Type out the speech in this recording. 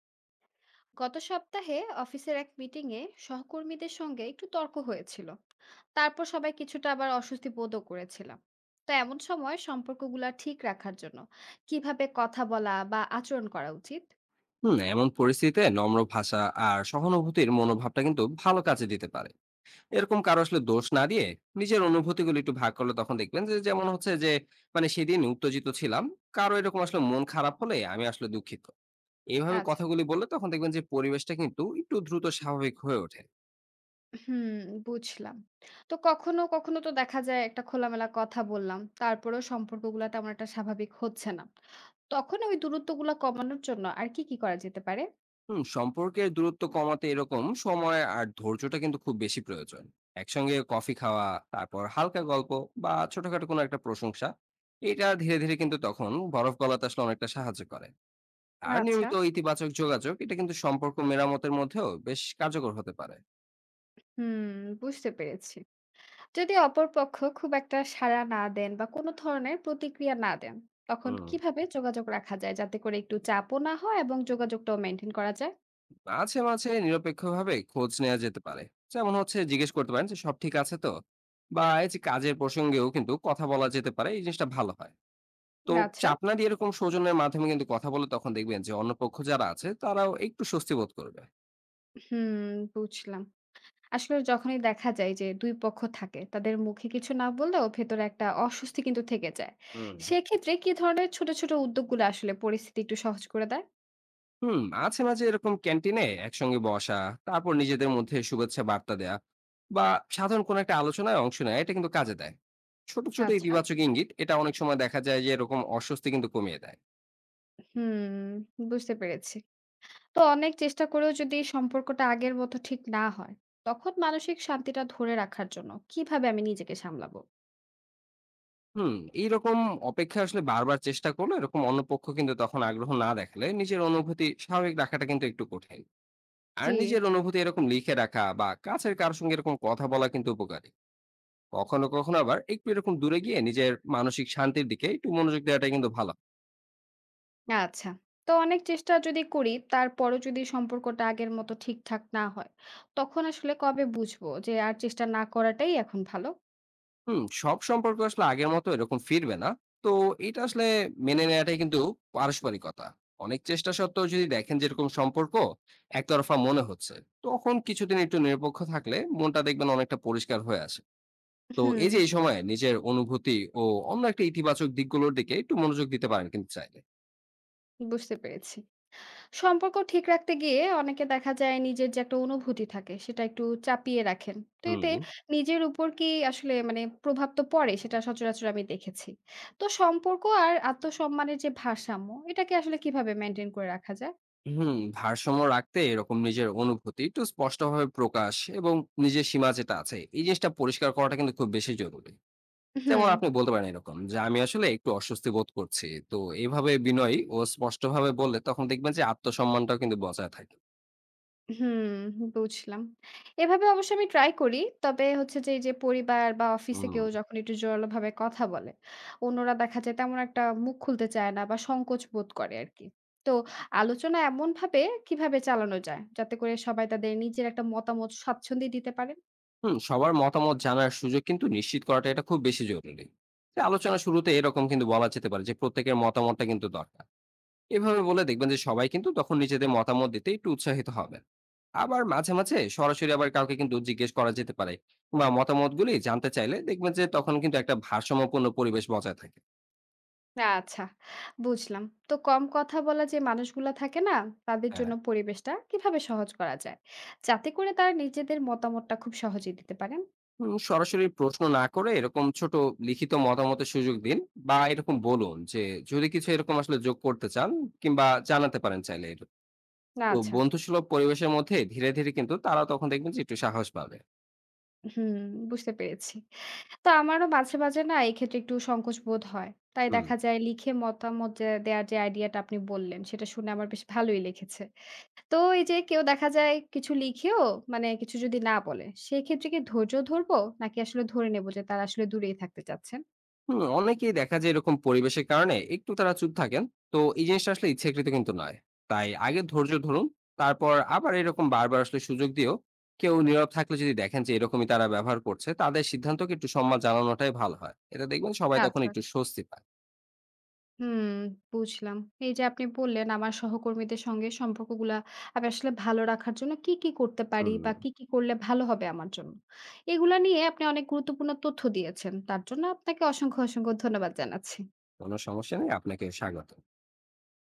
গত সপ্তাহে অফিসের এক মিটিংয়ে সহকর্মীদের সঙ্গে একটু তর্ক হয়েছিল। তারপর সবাই কিছুটা আবার অস্বস্তি বোধও করেছিলাম। তো এমন সময় সম্পর্কগুলা ঠিক রাখার জন্য কিভাবে কথা বলা বা আচরণ করা উচিত? হুম। এমন পরিস্থিতিতে নম্র ভাষা আর সহানুভূতির মনোভাবটা কিন্তু ভালো কাজে দিতে পারে। এরকম কারো আসলে দোষ না দিয়ে নিজের অনুভূতিগুলো একটু ভাগ করলে তখন দেখবেন, যে যেমন হচ্ছে যে মানে সেদিন উত্তেজিত ছিলাম, কারো এরকম আসলে মন খারাপ হলে আমি আসলে দুঃখিত। এইভাবে আচ্ছা। কথাগুলি বললে তখন দেখবেন যে পরিবেশটা কিন্তু একটু দ্রুত স্বাভাবিক হয়ে ওঠে। হুম। বুঝলাম। তো কখনো কখনো তো দেখা যায় একটা খোলামেলা কথা বললাম, তারপরেও সম্পর্কগুলা তেমন একটা স্বাভাবিক হচ্ছে না। তখন ওই দূরত্বগুলা কমানোর জন্য আর কি কি করা যেতে পারে? হুম, সম্পর্কের দূরত্ব কমাতে এরকম সময় আর ধৈর্যটা কিন্তু খুব বেশি প্রয়োজন। একসঙ্গে কফি খাওয়া, তারপর হালকা গল্প, বা ছোটখাটো কোনো একটা প্রশংসা, এটা ধীরে ধীরে কিন্তু তখন বরফ গলাতে আসলে অনেকটা সাহায্য করে। আর আচ্ছা। নিয়মিত ইতিবাচক যোগাযোগ, এটা কিন্তু সম্পর্ক মেরামতের মধ্যেও বেশ কার্যকর হতে পারে। হুম। বুঝতে পেরেছি। যদি অপরপক্ষ খুব একটা সাড়া না দেন বা কোনো ধরনের প্রতিক্রিয়া না দেন, তখন হুম, কিভাবে যোগাযোগ রাখা যায় যাতে করে একটু চাপও না হয় এবং যোগাযোগটাও মেনটেন করা যায়? মাঝে মাঝে নিরপেক্ষভাবে খোঁজ নেওয়া যেতে পারে। যেমন হচ্ছে জিজ্ঞেস করতে পারেন যে সব ঠিক আছে তো, বা এই যে কাজের প্রসঙ্গেও কিন্তু কথা বলা যেতে পারে, এই জিনিসটা ভালো হয়। তো আচ্ছা। চাপ না দিয়ে এরকম সৌজন্যের মাধ্যমে কিন্তু কথা বলে তখন দেখবেন যে অন্য পক্ষ যারা আছে তারাও একটু স্বস্তি বোধ করবে। হুম। বুঝলাম। আসলে যখনই দেখা যায় যে দুই পক্ষ থাকে, তাদের মুখে কিছু না বললেও ভেতরে একটা অস্বস্তি কিন্তু থেকে যায়। হুম। সেক্ষেত্রে কি ধরনের ছোট ছোট উদ্যোগগুলো আসলে পরিস্থিতি একটু সহজ করে দেয়? হুম, মাঝে, মাঝে এরকম ক্যান্টিনে একসঙ্গে বসা, তারপর নিজেদের মধ্যে শুভেচ্ছা বার্তা দেয়া, বা সাধারণ কোনো একটা আলোচনায় অংশ নেয়া, এটা কিন্তু কাজে দেয়। ছোট, ছোট আচ্ছা। ইতিবাচক ইঙ্গিত, এটা অনেক সময় দেখা যায় যে এরকম অস্বস্তি কিন্তু কমিয়ে দেয়। হুম। বুঝতে পেরেছি। তো অনেক চেষ্টা করেও যদি সম্পর্কটা আগের মতো ঠিক না হয়, তখন মানসিক শান্তিটা ধরে রাখার জন্য কিভাবে আমি নিজেকে সামলাবো? হুম, এইরকম অপেক্ষা আসলে বারবার চেষ্টা করলে এরকম অন্য পক্ষ কিন্তু তখন আগ্রহ না দেখালে নিজের অনুভূতি স্বাভাবিক রাখাটা কিন্তু একটু কঠিন। আর জি। নিজের অনুভূতি এরকম লিখে রাখা বা কাছের কারোর সঙ্গে এরকম কথা বলা কিন্তু উপকারী। কখনো কখনো আবার একটু এরকম দূরে গিয়ে নিজের মানসিক শান্তির দিকে একটু মনোযোগ দেওয়াটা কিন্তু ভালো। আচ্ছা। তো অনেক চেষ্টা যদি করি, তারপরও যদি সম্পর্কটা আগের মতো ঠিকঠাক না হয়, তখন আসলে কবে বুঝবো যে আর চেষ্টা না করাটাই এখন ভালো? হুম, সব সম্পর্ক আসলে আগের মতো এরকম ফিরবে না। তো এটা আসলে মেনে নেওয়াটাই কিন্তু পারস্পরিকতা। অনেক চেষ্টা সত্ত্বেও যদি দেখেন যেরকম সম্পর্ক একতরফা মনে হচ্ছে, তখন কিছুদিন একটু নিরপেক্ষ থাকলে মনটা দেখবেন অনেকটা পরিষ্কার হয়ে আসে। তো হুম, এই যে এই সময় নিজের অনুভূতি ও অন্য একটা ইতিবাচক দিকগুলোর দিকে একটু মনোযোগ দিতে পারেন কিন্তু চাইলে। বুঝতে পেরেছি। সম্পর্ক ঠিক রাখতে গিয়ে অনেকে দেখা যায় নিজের যে একটা অনুভূতি থাকে সেটা একটু চাপিয়ে রাখেন। তো এতে হুম। নিজের উপর কি আসলে মানে প্রভাব তো পড়ে, সেটা সচরাচর আমি দেখেছি। তো সম্পর্ক আর আত্মসম্মানের যে ভারসাম্য এটাকে আসলে কিভাবে মেইনটেইন করে রাখা যায়? হুম, ভারসাম্য রাখতে এরকম নিজের অনুভূতি একটু স্পষ্টভাবে প্রকাশ, এবং নিজের সীমা যেটা আছে এই জিনিসটা পরিষ্কার করাটা কিন্তু খুব বেশি জরুরি। যেমন হুম। আপনি বলতে পারেন এরকম যে আমি আসলে একটু অস্বস্তি বোধ করছি, তো এইভাবে বিনয়ী ও স্পষ্টভাবে বললে তখন দেখবেন যে আত্মসম্মানটাও কিন্তু বজায় থাকে। হুম, বুঝলাম। এভাবে অবশ্য আমি ট্রাই করি। তবে হচ্ছে যে, এই যে পরিবার বা অফিসে হুম। কেউ যখন একটু জোরালোভাবে কথা বলে, অন্যরা দেখা যায় তেমন একটা মুখ খুলতে চায় না বা সংকোচ বোধ করে আরকি। তো আলোচনা এমনভাবে কিভাবে চালানো যায়, যাতে করে সবাই তাদের নিজের একটা মতামত স্বাচ্ছন্দ্যে দিতে পারে? হুম, সবার মতামত জানার সুযোগ কিন্তু নিশ্চিত করাটা এটা খুব বেশি জরুরি। যে আলোচনা শুরুতে এরকম কিন্তু বলা যেতে পারে যে প্রত্যেকের মতামতটা কিন্তু দরকার, এভাবে বলে দেখবেন যে সবাই কিন্তু তখন নিজেদের মতামত দিতে একটু উৎসাহিত হবেন। আবার মাঝে মাঝে সরাসরি আবার কাউকে কিন্তু জিজ্ঞেস করা যেতে পারে, বা মতামতগুলি জানতে চাইলে দেখবেন যে তখন কিন্তু একটা ভারসাম্যপূর্ণ পরিবেশ বজায় থাকে। আচ্ছা, বুঝলাম। তো কম কথা বলা যে মানুষগুলা থাকে না, তাদের হ্যাঁ। জন্য পরিবেশটা কিভাবে সহজ করা যায়? যাতে করে তারা নিজেদের মতামতটা খুব সহজেই দিতে পারেন? হুম, সরাসরি প্রশ্ন না করে এরকম ছোট লিখিত মতামতের সুযোগ দিন, বা এরকম বলুন যে যদি কিছু এরকম আসলে যোগ করতে চান, কিংবা জানাতে পারেন চাইলে তো আচ্ছা। বন্ধুসুলভ পরিবেশের মধ্যে ধীরে ধীরে কিন্তু তারা তখন দেখবেন যে একটু সাহস পাবে। হুম, বুঝতে পেরেছি। তো আমারও মাঝে মাঝে না এক্ষেত্রে একটু সংকোচ বোধ হয়। তাই হুম। দেখা যায় লিখে মতামত যে দেয়ার যে আইডিয়াটা আপনি বললেন, সেটা শুনে আমার বেশ ভালোই লেগেছে। তো এই যে কেউ দেখা যায় কিছু লিখেও মানে কিছু যদি না বলে, সেক্ষেত্রে কি ধৈর্য ধরবো? নাকি আসলে ধরে নেব যে তারা আসলে দূরেই থাকতে চাচ্ছেন? হুম, অনেকেই দেখা যায় এরকম পরিবেশের কারণে একটু তারা চুপ থাকেন। তো এই জিনিসটা আসলে ইচ্ছাকৃত কিন্তু নয়। তাই আগে ধৈর্য ধরুন, তারপর আবার এরকম বারবার আসলে সুযোগ দিয়েও কেউ নীরব থাকলে, যদি দেখেন যে এরকমই তারা ব্যবহার করছে, তাদের সিদ্ধান্তকে একটু সম্মান জানানোটাই ভালো হয়, এটা দেখবেন সবাই তখন আচ্ছা। একটু স্বস্তি পায়। হুম, বুঝলাম। এই যে আপনি বললেন আমার সহকর্মীদের সঙ্গে সম্পর্কগুলা আমি আসলে ভালো রাখার জন্য কি কি করতে পারি হুম। বা কি কি করলে ভালো হবে আমার জন্য। এগুলা নিয়ে আপনি অনেক গুরুত্বপূর্ণ তথ্য দিয়েছেন। তার জন্য আপনাকে অসংখ্য, অসংখ্য ধন্যবাদ জানাচ্ছি। কোনো সমস্যা নেই, আপনাকে স্বাগত।